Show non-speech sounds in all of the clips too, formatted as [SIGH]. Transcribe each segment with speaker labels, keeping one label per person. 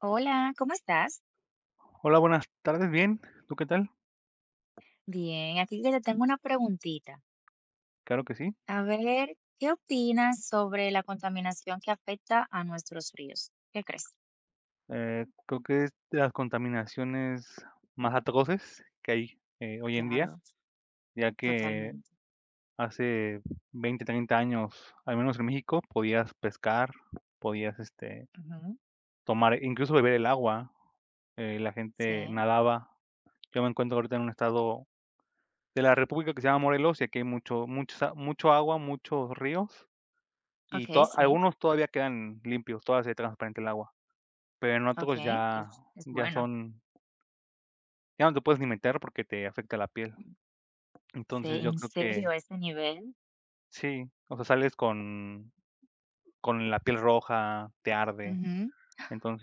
Speaker 1: Hola, ¿cómo estás?
Speaker 2: Hola, buenas tardes. Bien, ¿tú qué tal?
Speaker 1: Bien, aquí que te tengo una preguntita.
Speaker 2: Claro que sí.
Speaker 1: A ver, ¿qué opinas sobre la contaminación que afecta a nuestros ríos? ¿Qué crees?
Speaker 2: Creo que es de las contaminaciones más atroces que hay, hoy en día,
Speaker 1: Claro,
Speaker 2: ya que
Speaker 1: totalmente.
Speaker 2: hace 20, 30 años, al menos en México, podías pescar, podías,
Speaker 1: Ujú,
Speaker 2: tomar, incluso beber el agua, la
Speaker 1: sí,
Speaker 2: gente nadaba. Yo me encuentro ahorita en un estado de la República que se llama Morelos, y aquí hay mucho mucho, mucho agua, muchos ríos, y
Speaker 1: ok,
Speaker 2: to
Speaker 1: sí,
Speaker 2: algunos todavía quedan limpios, todavía se ve transparente el agua. Pero en otros
Speaker 1: ok, es
Speaker 2: ya
Speaker 1: bueno.
Speaker 2: son ya no te puedes ni meter porque te afecta la piel.
Speaker 1: Mm, sí,
Speaker 2: Entonces, yo
Speaker 1: en
Speaker 2: creo
Speaker 1: serio,
Speaker 2: que
Speaker 1: a ese nivel.
Speaker 2: sí, o sea, sales con la piel roja, te arde.
Speaker 1: Ujú.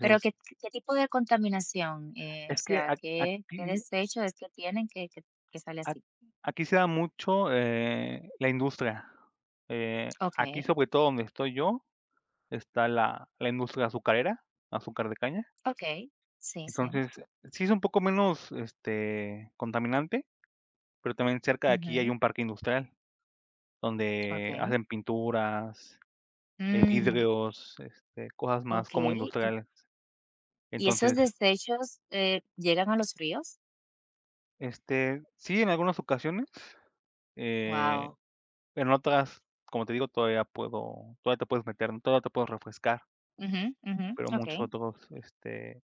Speaker 1: Pero ¿qué tipo de contaminación? O
Speaker 2: es que
Speaker 1: sea, ¿qué desecho es que tienen que sale
Speaker 2: a
Speaker 1: así?
Speaker 2: aquí se da mucho, la industria.
Speaker 1: Ok,
Speaker 2: Aquí, sobre todo donde estoy yo, está la industria azucarera, azúcar de caña.
Speaker 1: ok, sí, sí.
Speaker 2: Entonces, sí es un poco menos, contaminante, pero también cerca de aquí hay
Speaker 1: Ujú,
Speaker 2: un parque industrial.
Speaker 1: ok.
Speaker 2: Donde hacen pinturas,
Speaker 1: Mm,
Speaker 2: vidrios, cosas más como
Speaker 1: okey, ¿y
Speaker 2: industriales.
Speaker 1: y esos
Speaker 2: Entonces,
Speaker 1: desechos, llegan a los ríos?
Speaker 2: sí, en algunas ocasiones, eh,
Speaker 1: Wow.
Speaker 2: en otras, como te digo, todavía te puedes meter, ¿no? Todavía te puedes refrescar,
Speaker 1: Ujú, ujú,
Speaker 2: pero muchos
Speaker 1: okey.
Speaker 2: otros,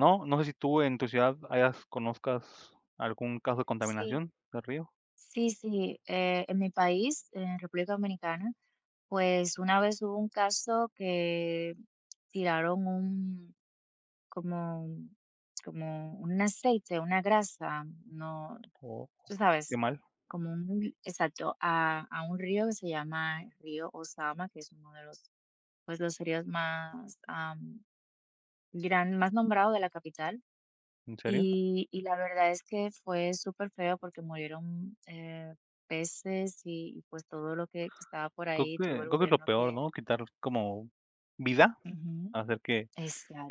Speaker 2: no. No sé si tú en tu ciudad hayas conozcas algún caso de
Speaker 1: Sí,
Speaker 2: contaminación del río,
Speaker 1: sí, sí, en mi país, en República Dominicana, pues, una vez hubo un caso que tiraron como un- como un aceite, una grasa, no,
Speaker 2: o
Speaker 1: tú
Speaker 2: qué
Speaker 1: sabes,
Speaker 2: mal,
Speaker 1: como un exacto, a un río que se llama Río Ozama, que es uno de los, pues, los ríos más nombrado de la capital.
Speaker 2: ¿en serio?
Speaker 1: Y la verdad es que fue súper feo porque murieron, peces y, pues, todo lo que estaba por
Speaker 2: Creo que
Speaker 1: ahí, tuvo el
Speaker 2: creo que es lo
Speaker 1: gobierno
Speaker 2: peor,
Speaker 1: que
Speaker 2: ¿no? Quitar como vida,
Speaker 1: ujú,
Speaker 2: hacer que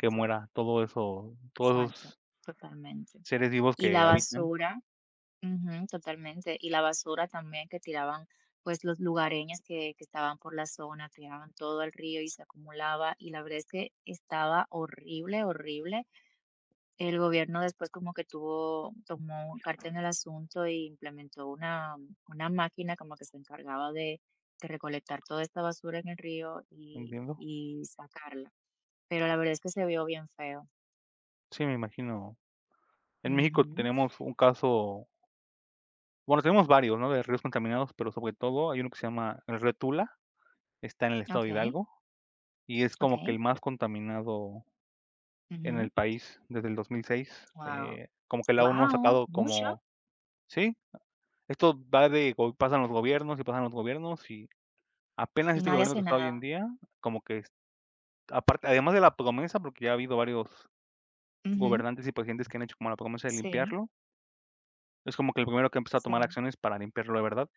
Speaker 2: que muera todo eso, todos
Speaker 1: exacto,
Speaker 2: esos
Speaker 1: totalmente.
Speaker 2: seres vivos
Speaker 1: Y
Speaker 2: que
Speaker 1: la
Speaker 2: habitan,
Speaker 1: basura ujú, totalmente. Y la basura también que tiraban, pues, los lugareños que estaban por la zona, tiraban todo al río y se acumulaba, y la verdad es que estaba horrible, horrible. El gobierno después como que tuvo tomó carta en el asunto y implementó una máquina como que se encargaba de recolectar toda esta basura en el río y
Speaker 2: entiendo.
Speaker 1: y sacarla, pero la verdad es que se vio bien feo.
Speaker 2: Sí, me imagino. En México
Speaker 1: Ujú.
Speaker 2: tenemos un caso, bueno, tenemos varios, ¿no?, de ríos contaminados, pero sobre todo hay uno que se llama el río Tula, está en el estado de
Speaker 1: Okey,
Speaker 2: Hidalgo, y es como que el
Speaker 1: okey.
Speaker 2: más contaminado en
Speaker 1: Ujú.
Speaker 2: el país desde el 2006,
Speaker 1: Guau.
Speaker 2: como que la ONU ha
Speaker 1: Guau,
Speaker 2: sacado
Speaker 1: mucho,
Speaker 2: como sí, esto va de go pasan los gobiernos, y pasan los gobiernos, y apenas
Speaker 1: y
Speaker 2: este
Speaker 1: nadie
Speaker 2: gobierno que
Speaker 1: hace
Speaker 2: está hoy en
Speaker 1: nada.
Speaker 2: día, como que es aparte, además de la promesa, porque ya ha habido varios
Speaker 1: Ujú.
Speaker 2: gobernantes y presidentes que han hecho como la promesa de
Speaker 1: Sí,
Speaker 2: limpiarlo. Es como que el primero que empezó a
Speaker 1: sí.
Speaker 2: tomar acciones para limpiarlo de verdad,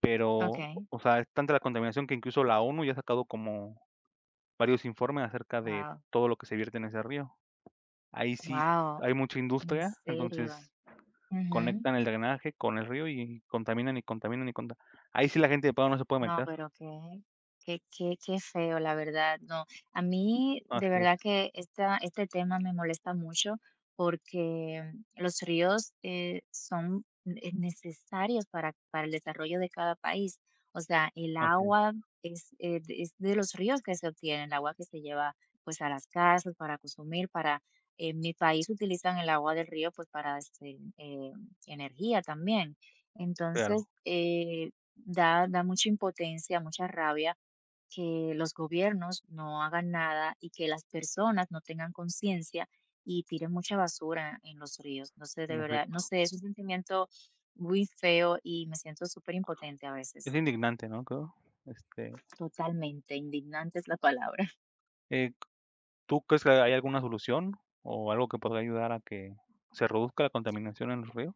Speaker 2: pero,
Speaker 1: Okey.
Speaker 2: o sea, es tanta la contaminación que incluso la ONU ya ha sacado como varios informes acerca de
Speaker 1: Wow,
Speaker 2: todo lo que se vierte en ese río. Ahí sí
Speaker 1: wow,
Speaker 2: hay mucha
Speaker 1: en
Speaker 2: industria,
Speaker 1: serio.
Speaker 2: entonces
Speaker 1: Ujú.
Speaker 2: conectan el drenaje con el río y contaminan y contaminan y conta ahí sí la gente de pago no se puede
Speaker 1: No,
Speaker 2: meter.
Speaker 1: pero qué feo, la verdad, no. A mí, de
Speaker 2: Así es,
Speaker 1: verdad que este tema me molesta mucho porque los ríos son necesarios para el desarrollo de cada país. O sea, el
Speaker 2: así es,
Speaker 1: agua es de los ríos que se obtiene, el agua que se lleva pues a las casas para consumir, para. En mi país utilizan el agua del río pues para energía también. Entonces,
Speaker 2: claro,
Speaker 1: da mucha impotencia, mucha rabia que los gobiernos no hagan nada y que las personas no tengan conciencia y tiren mucha basura en los ríos. No sé, de
Speaker 2: en
Speaker 1: verdad, no
Speaker 2: efecto.
Speaker 1: sé, es un sentimiento muy feo y me siento súper impotente a
Speaker 2: Es
Speaker 1: veces.
Speaker 2: indignante, ¿no?, creo, este,
Speaker 1: Totalmente, indignante es la palabra.
Speaker 2: eh ¿tú crees que hay alguna solución o algo que podría ayudar a que se reduzca la contaminación en los ríos?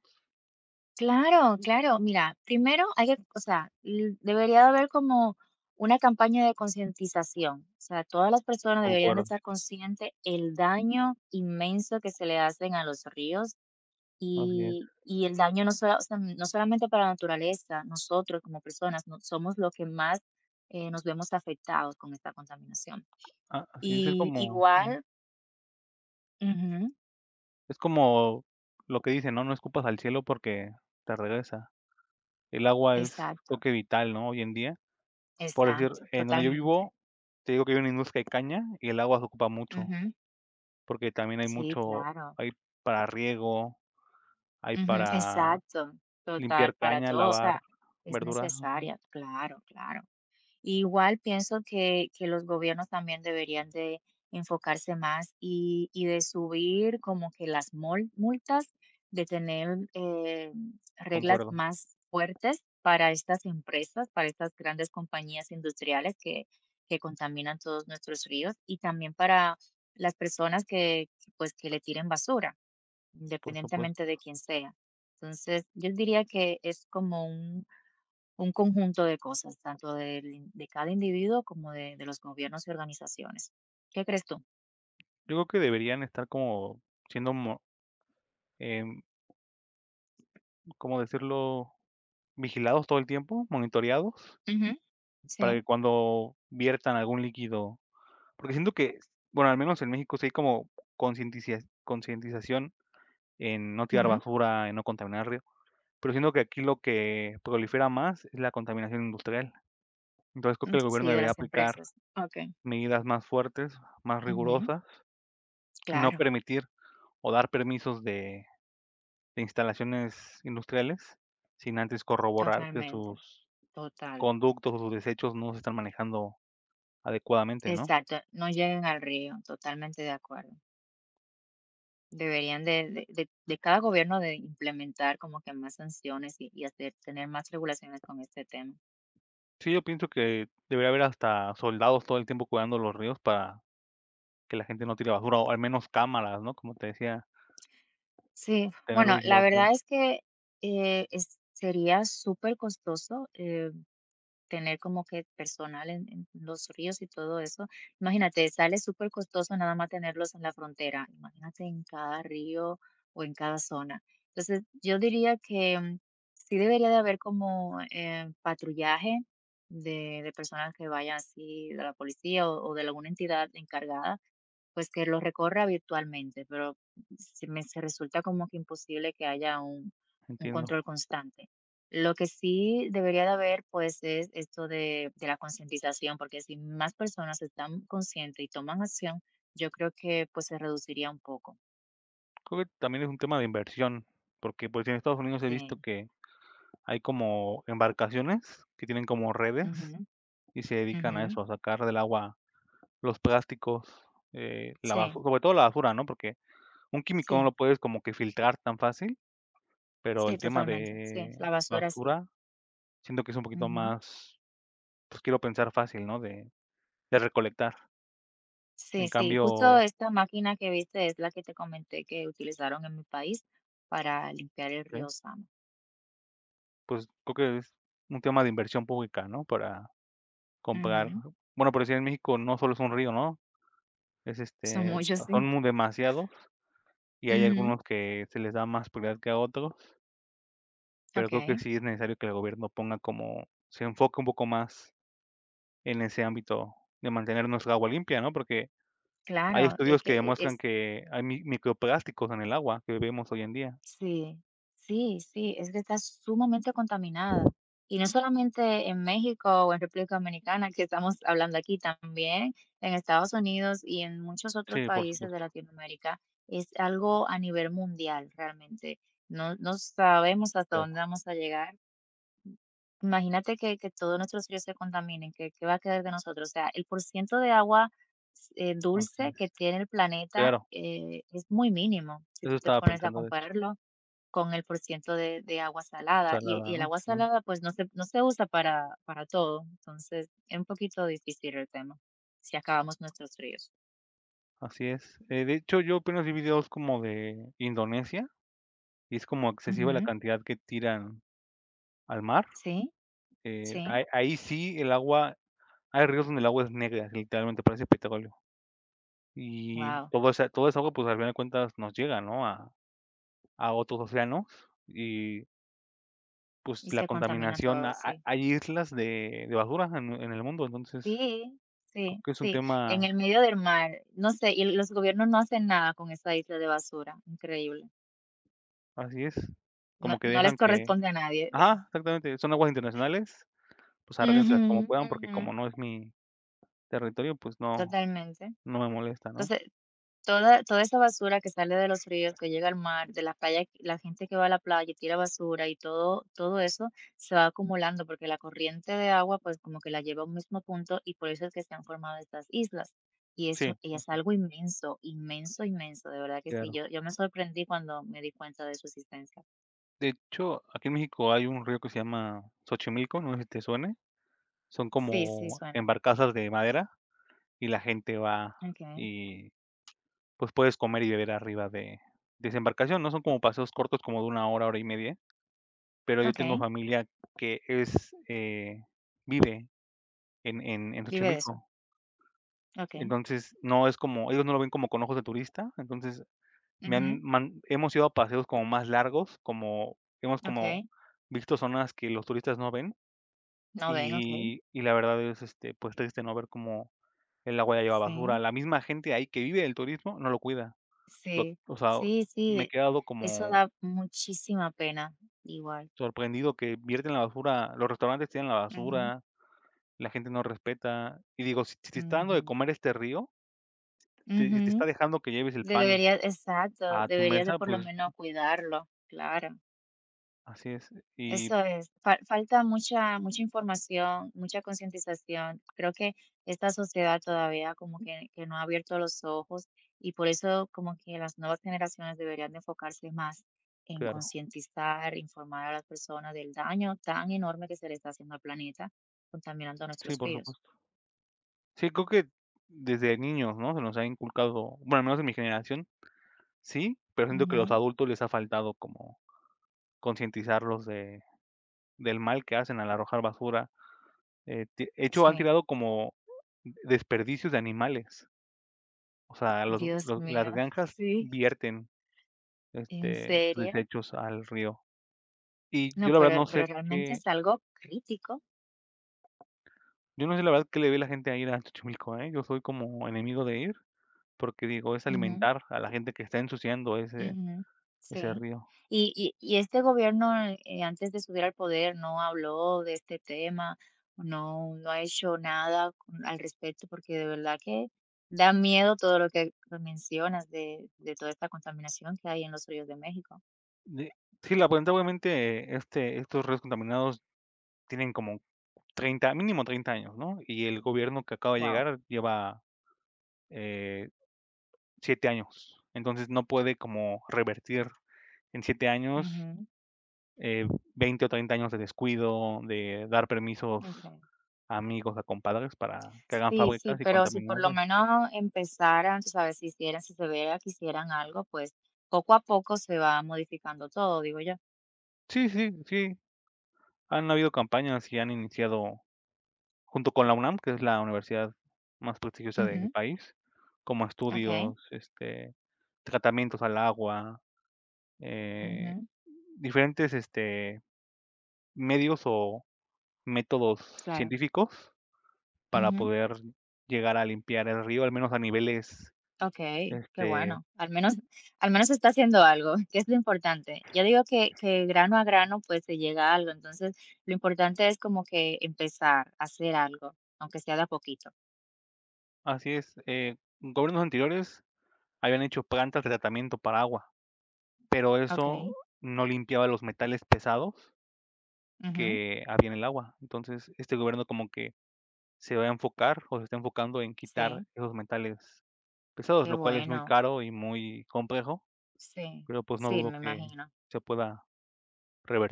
Speaker 1: Claro, claro. Mira, primero hay que, o sea, debería de haber como una campaña de concientización. O sea, todas las personas deberían de
Speaker 2: Concuerdo,
Speaker 1: estar conscientes el daño inmenso que se le hacen a los ríos
Speaker 2: así es.
Speaker 1: y el daño no, o sea, no solamente para la naturaleza, nosotros como personas somos los que más nos vemos afectados con esta contaminación.
Speaker 2: Ah, así es, es
Speaker 1: Y
Speaker 2: como mm,
Speaker 1: igual, ujú,
Speaker 2: es como lo que dicen, ¿no? No escupas al cielo porque te regresa. El agua es, creo
Speaker 1: exacto,
Speaker 2: que, vital, ¿no? Hoy en día. Por decir,
Speaker 1: exacto,
Speaker 2: en donde yo
Speaker 1: totalmente.
Speaker 2: vivo, te digo que hay una industria de caña y el agua se ocupa mucho,
Speaker 1: Ujú,
Speaker 2: porque también
Speaker 1: sí, claro.
Speaker 2: hay para riego, hay
Speaker 1: Ujú,
Speaker 2: para
Speaker 1: exacto, total,
Speaker 2: limpiar
Speaker 1: para
Speaker 2: caña,
Speaker 1: todo, o
Speaker 2: lavar
Speaker 1: sea, es
Speaker 2: verdura, ujú,
Speaker 1: necesaria, claro, claro. Igual pienso que los gobiernos también deberían de enfocarse más y de subir como que las multas, de tener reglas
Speaker 2: concuerdo,
Speaker 1: más fuertes para estas empresas, para estas grandes compañías industriales que contaminan todos nuestros ríos y también para las personas que, pues, que le tiren basura
Speaker 2: por supuesto.
Speaker 1: independientemente de quién sea. Entonces, yo diría que es como un conjunto de cosas, tanto de, cada individuo como de los gobiernos y organizaciones. ¿Qué crees tú?
Speaker 2: Yo creo que deberían estar como siendo, em, ¿cómo decirlo? Vigilados todo el tiempo, monitoreados,
Speaker 1: Ujú,
Speaker 2: para
Speaker 1: sí,
Speaker 2: que cuando viertan algún líquido, porque siento que, bueno, al menos en México sí hay como concienticia concientización en no tirar
Speaker 1: ujú,
Speaker 2: basura, en no contaminar río, pero siento que aquí lo que prolifera más es la contaminación industrial. Entonces, creo que
Speaker 1: mm,
Speaker 2: el gobierno
Speaker 1: sí, de
Speaker 2: debería
Speaker 1: las
Speaker 2: aplicar
Speaker 1: empresas. Ok,
Speaker 2: medidas más fuertes, más
Speaker 1: ujú,
Speaker 2: rigurosas, y no
Speaker 1: claro,
Speaker 2: permitir o dar permisos de instalaciones industriales, sin antes corroborar que
Speaker 1: totalmente,
Speaker 2: sus
Speaker 1: total.
Speaker 2: conductos o sus desechos no se están manejando adecuadamente, ¿no?
Speaker 1: Exacto, no lleguen al río, totalmente de acuerdo. Deberían de cada gobierno de implementar como que más sanciones y hacer, tener más regulaciones con este tema.
Speaker 2: Sí, yo pienso que debería haber hasta soldados todo el tiempo cuidando los ríos para que la gente no tire basura, o al menos cámaras, ¿no? Como te decía,
Speaker 1: Sí,
Speaker 2: tenerlo
Speaker 1: bueno, la
Speaker 2: vigilado todo el.
Speaker 1: verdad es que, es sería supercostoso, tener como que personal en los ríos y todo eso. Imagínate, sale supercostoso nada más tenerlos en la frontera, imagínate en cada río o en cada zona. Entonces, yo diría que, sí debería de haber como, patrullaje de personas que vayan así de la policía o de alguna entidad encargada pues que lo recorra virtualmente, pero se resulta como que imposible que haya un
Speaker 2: Entiendo.
Speaker 1: control constante. Lo que sí debería de haber, pues, es esto de la concientización, porque si más personas están conscientes y toman acción, yo creo que, pues, se reduciría un poco.
Speaker 2: Creo que también es un tema de inversión, porque, pues, en Estados Unidos he visto
Speaker 1: Sí.
Speaker 2: que hay como embarcaciones que tienen como
Speaker 1: Ujú,
Speaker 2: redes y se dedican
Speaker 1: ujú.
Speaker 2: a eso, a sacar del agua los plásticos, la basu
Speaker 1: Sí,
Speaker 2: sobre todo la basura, ¿no? Porque un químico no
Speaker 1: sí,
Speaker 2: lo puedes como que filtrar tan fácil, pero
Speaker 1: sí,
Speaker 2: el tema
Speaker 1: totalmente. Sí,
Speaker 2: de
Speaker 1: la basura sí.
Speaker 2: basura, siento que es un poquito
Speaker 1: Ujú.
Speaker 2: más, pues, quiero pensar, fácil, ¿no? De recolectar. En
Speaker 1: Sí, sí, justo
Speaker 2: cambio,
Speaker 1: esta máquina que viste es la que te comenté que utilizaron en mi país para limpiar el
Speaker 2: ¿qué?
Speaker 1: río Sama.
Speaker 2: Pues, creo que es un tema de inversión pública, ¿no? Para comprar,
Speaker 1: Ujú,
Speaker 2: bueno, por decir, en México no solo es un río, ¿no? Es,
Speaker 1: son
Speaker 2: este,
Speaker 1: muchos,
Speaker 2: son
Speaker 1: sí.
Speaker 2: mu demasiados, y hay
Speaker 1: Ujú,
Speaker 2: algunos que se les da más prioridad que a otros, pero
Speaker 1: ok,
Speaker 2: creo que sí es necesario que el gobierno ponga como, se enfoque un poco más en ese ámbito de mantener nuestra agua limpia, ¿no? Porque hay
Speaker 1: claro, es
Speaker 2: estudios
Speaker 1: que
Speaker 2: que demuestran
Speaker 1: es,
Speaker 2: que hay mi microplásticos en el agua que vemos hoy en día.
Speaker 1: sí, sí, sí, es que está sumamente contaminada. Y no solamente en México o en República Dominicana, que estamos hablando aquí, también en Estados Unidos y en muchos otros
Speaker 2: Sí, por
Speaker 1: países de
Speaker 2: supuesto,
Speaker 1: Latinoamérica, es algo a nivel mundial realmente. No, no sabemos hasta dónde
Speaker 2: claro,
Speaker 1: vamos a llegar. Imagínate que todos nuestros ríos se contaminen, ¿qué va a quedar de nosotros? O sea, el porcentaje de agua,
Speaker 2: así
Speaker 1: dulce que
Speaker 2: es.
Speaker 1: tiene el planeta,
Speaker 2: Claro,
Speaker 1: es muy mínimo, si
Speaker 2: eso
Speaker 1: tú te
Speaker 2: estaba
Speaker 1: pones a
Speaker 2: pensando, de hecho,
Speaker 1: compararlo con el porcentaje de agua salada, y
Speaker 2: salada,
Speaker 1: y el
Speaker 2: ¿no?
Speaker 1: agua
Speaker 2: Sí,
Speaker 1: salada, pues, no se usa para todo, entonces, es un poquito difícil el tema, si acabamos nuestros ríos.
Speaker 2: así es. De hecho, yo apenas vi videos como de Indonesia, y es como excesiva la
Speaker 1: Ujú,
Speaker 2: cantidad que tiran al mar.
Speaker 1: sí, sí.
Speaker 2: Ahí sí el agua, hay ríos donde el agua es negra, literalmente parece petróleo. Y
Speaker 1: Wow.
Speaker 2: todo esa agua, pues, al final de cuentas nos llega, ¿no? A otros océanos, y pues,
Speaker 1: Y
Speaker 2: la
Speaker 1: se contamina
Speaker 2: contaminación, ha
Speaker 1: todo,
Speaker 2: ha
Speaker 1: sí.
Speaker 2: hay islas de basura en el mundo, entonces,
Speaker 1: Sí,
Speaker 2: creo
Speaker 1: sí,
Speaker 2: que es un
Speaker 1: sí, en el
Speaker 2: tema,
Speaker 1: medio del mar, no sé, y los gobiernos no hacen nada con esa isla de basura, increíble,
Speaker 2: así es,
Speaker 1: no
Speaker 2: como que
Speaker 1: no les
Speaker 2: dejan que,
Speaker 1: corresponde a nadie. [LAUGHS]
Speaker 2: ajá, exactamente, son aguas internacionales, pues,
Speaker 1: Ujú,
Speaker 2: arréglenselas como puedan, porque
Speaker 1: ujú,
Speaker 2: como no es mi territorio, pues, no
Speaker 1: totalmente.
Speaker 2: no me molesta, ¿no?
Speaker 1: Entonces, toda esa basura que sale de los ríos, que llega al mar, de la playa, la gente que va a la playa y tira basura y todo eso se va acumulando, porque la corriente de agua, pues, como que la lleva a un mismo punto, y por eso es que se han formado estas islas. Y
Speaker 2: Sí,
Speaker 1: eso y es
Speaker 2: ujú,
Speaker 1: algo inmenso, inmenso, inmenso, de verdad que sí.
Speaker 2: claro.
Speaker 1: Yo me sorprendí cuando me di cuenta de su existencia.
Speaker 2: De hecho, aquí en México hay un río que se llama Xochimilco, no sé si te suene, son
Speaker 1: Sí, sí,
Speaker 2: como
Speaker 1: suena.
Speaker 2: embarcazas de madera y la gente va,
Speaker 1: Okay.
Speaker 2: y pues, puedes comer y beber arriba de esa embarcación, ¿no? Son como paseos cortos, como de una hora, hora y media, pero yo tengo
Speaker 1: Okay.
Speaker 2: familia que es, vive en
Speaker 1: Vive de eso.
Speaker 2: Xochimilco.
Speaker 1: Okay.
Speaker 2: Entonces, no es como, ellos no lo ven como con ojos de turista, entonces, me
Speaker 1: Ujú,
Speaker 2: han man hemos ido a paseos como más largos, como hemos como
Speaker 1: okey,
Speaker 2: visto zonas que los turistas no ven,
Speaker 1: no ven, okay.
Speaker 2: y la verdad es, pues, triste, ¿no? Ver como el agua ya lleva
Speaker 1: Sí.
Speaker 2: basura. La misma gente ahí que vive del turismo no lo cuida. Lo
Speaker 1: Sí,
Speaker 2: O sea,
Speaker 1: sí,
Speaker 2: me he
Speaker 1: sí,
Speaker 2: quedado
Speaker 1: eso
Speaker 2: como
Speaker 1: da muchísima pena, igual.
Speaker 2: sorprendido que vierten la basura, los restaurantes tiran la
Speaker 1: Ujú.
Speaker 2: basura, la gente no respeta. Y digo, si te está dando de
Speaker 1: Ujú,
Speaker 2: comer este río, te si te está
Speaker 1: ujú.
Speaker 2: dejando que lleves el pan
Speaker 1: Deberías exacto,
Speaker 2: a tu
Speaker 1: deberías de
Speaker 2: mesa,
Speaker 1: por lo
Speaker 2: pues
Speaker 1: menos cuidarlo, claro.
Speaker 2: así es. Y
Speaker 1: Eso es, falta mucha mucha información, mucha concientización. Creo que esta sociedad todavía como que no ha abierto los ojos y por eso como que las nuevas generaciones deberían de enfocarse más en
Speaker 2: claro,
Speaker 1: concientizar, informar a las personas del daño tan enorme que se le está haciendo al planeta, contaminando
Speaker 2: sí,
Speaker 1: nuestros
Speaker 2: por
Speaker 1: ríos.
Speaker 2: supuesto. Sí, creo que desde niños, ¿no? Se nos ha inculcado, bueno, al menos en mi generación, sí, pero siento que a los
Speaker 1: Ujú,
Speaker 2: adultos les ha faltado como concientizarlos de del mal que hacen al arrojar basura. Ti De hecho, han
Speaker 1: sí.
Speaker 2: tirado como desperdicios de animales. O sea,
Speaker 1: Dios
Speaker 2: los las
Speaker 1: mío, [LAUGHS]
Speaker 2: granjas
Speaker 1: sí,
Speaker 2: vierten,
Speaker 1: ¿en
Speaker 2: sus
Speaker 1: serio?
Speaker 2: desechos al río. Y
Speaker 1: No,
Speaker 2: yo la
Speaker 1: pero
Speaker 2: verdad no
Speaker 1: pero
Speaker 2: sé
Speaker 1: realmente
Speaker 2: qué
Speaker 1: es algo crítico.
Speaker 2: yo no sé, la verdad, qué le ve la gente a ir a Xochimilco, ¿eh? Yo soy como enemigo de ir, porque digo, es
Speaker 1: Ujú.
Speaker 2: alimentar a la gente que está ensuciando ese
Speaker 1: Ujú,
Speaker 2: ese
Speaker 1: sí.
Speaker 2: río.
Speaker 1: Y este gobierno, antes de subir al poder, ¿no habló de este tema, no ha hecho nada con al respecto? Porque de verdad que da miedo todo lo que mencionas de toda esta contaminación que hay en los ríos de México.
Speaker 2: De Sí, la planta obviamente, estos ríos contaminados tienen como 30 mínimo 30 años, ¿no? Y el gobierno que acaba de
Speaker 1: Wow.
Speaker 2: llegar lleva, eh, 7 años. Entonces, no puede como revertir en 7 años,
Speaker 1: Ujú,
Speaker 2: eh, 20 o 30 años de descuido, de dar permisos
Speaker 1: okey.
Speaker 2: a amigos, a compadres, para que hagan
Speaker 1: Sí,
Speaker 2: fábricas
Speaker 1: sí,
Speaker 2: y
Speaker 1: pero si por
Speaker 2: contaminar
Speaker 1: lo
Speaker 2: de.
Speaker 1: menos empezaran, tú sabes, si se viera que hicieran algo, pues, poco a poco se va modificando todo, digo yo.
Speaker 2: Sí, sí, sí, han habido campañas y han iniciado junto con la UNAM, que es la universidad más prestigiosa del
Speaker 1: Ujú,
Speaker 2: país, como
Speaker 1: okey.
Speaker 2: estudios, tratamientos al agua, eh,
Speaker 1: Ujú,
Speaker 2: diferentes, medios o métodos
Speaker 1: claro.
Speaker 2: científicos para
Speaker 1: Ujú.
Speaker 2: poder llegar a limpiar el río, al menos a niveles,
Speaker 1: Okey, qué
Speaker 2: este
Speaker 1: bueno. Al menos está haciendo algo, [LAUGHS] que es lo importante. Yo digo que grano a grano, pues, se llega a algo. Entonces, lo importante es como que empezar a hacer algo, aunque sea de a poquito.
Speaker 2: Así es, gobiernos anteriores habían hecho plantas de tratamiento para agua, pero eso
Speaker 1: Okey.
Speaker 2: no limpiaba los metales pesados
Speaker 1: Ujú.
Speaker 2: que había en el agua. Entonces, este gobierno como que se va a enfocar o se está enfocando en quitar
Speaker 1: Sí,
Speaker 2: esos metales pesados,
Speaker 1: qué
Speaker 2: lo cual es muy
Speaker 1: bueno.
Speaker 2: caro y muy complejo,
Speaker 1: Sí,
Speaker 2: pero pues no
Speaker 1: sí,
Speaker 2: dudo
Speaker 1: me
Speaker 2: que
Speaker 1: imagino.
Speaker 2: se pueda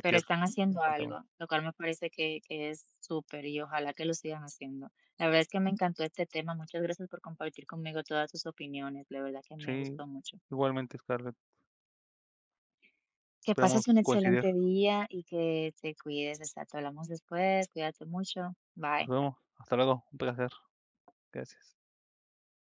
Speaker 1: Pero están
Speaker 2: la
Speaker 1: haciendo
Speaker 2: contamin
Speaker 1: algo, lo cual me parece que es súper, y ojalá que lo sigan haciendo. La verdad es que me encantó este tema. Muchas gracias por compartir conmigo todas tus opiniones. La verdad que me
Speaker 2: Sí,
Speaker 1: gustó mucho.
Speaker 2: igualmente, Scarlett,
Speaker 1: Que
Speaker 2: esperamos
Speaker 1: pases un
Speaker 2: coincidir.
Speaker 1: excelente día y que te cuides, exacto. Hablamos después, cuídate mucho.
Speaker 2: Nos
Speaker 1: Bye.
Speaker 2: vemos, hasta luego, un placer, gracias.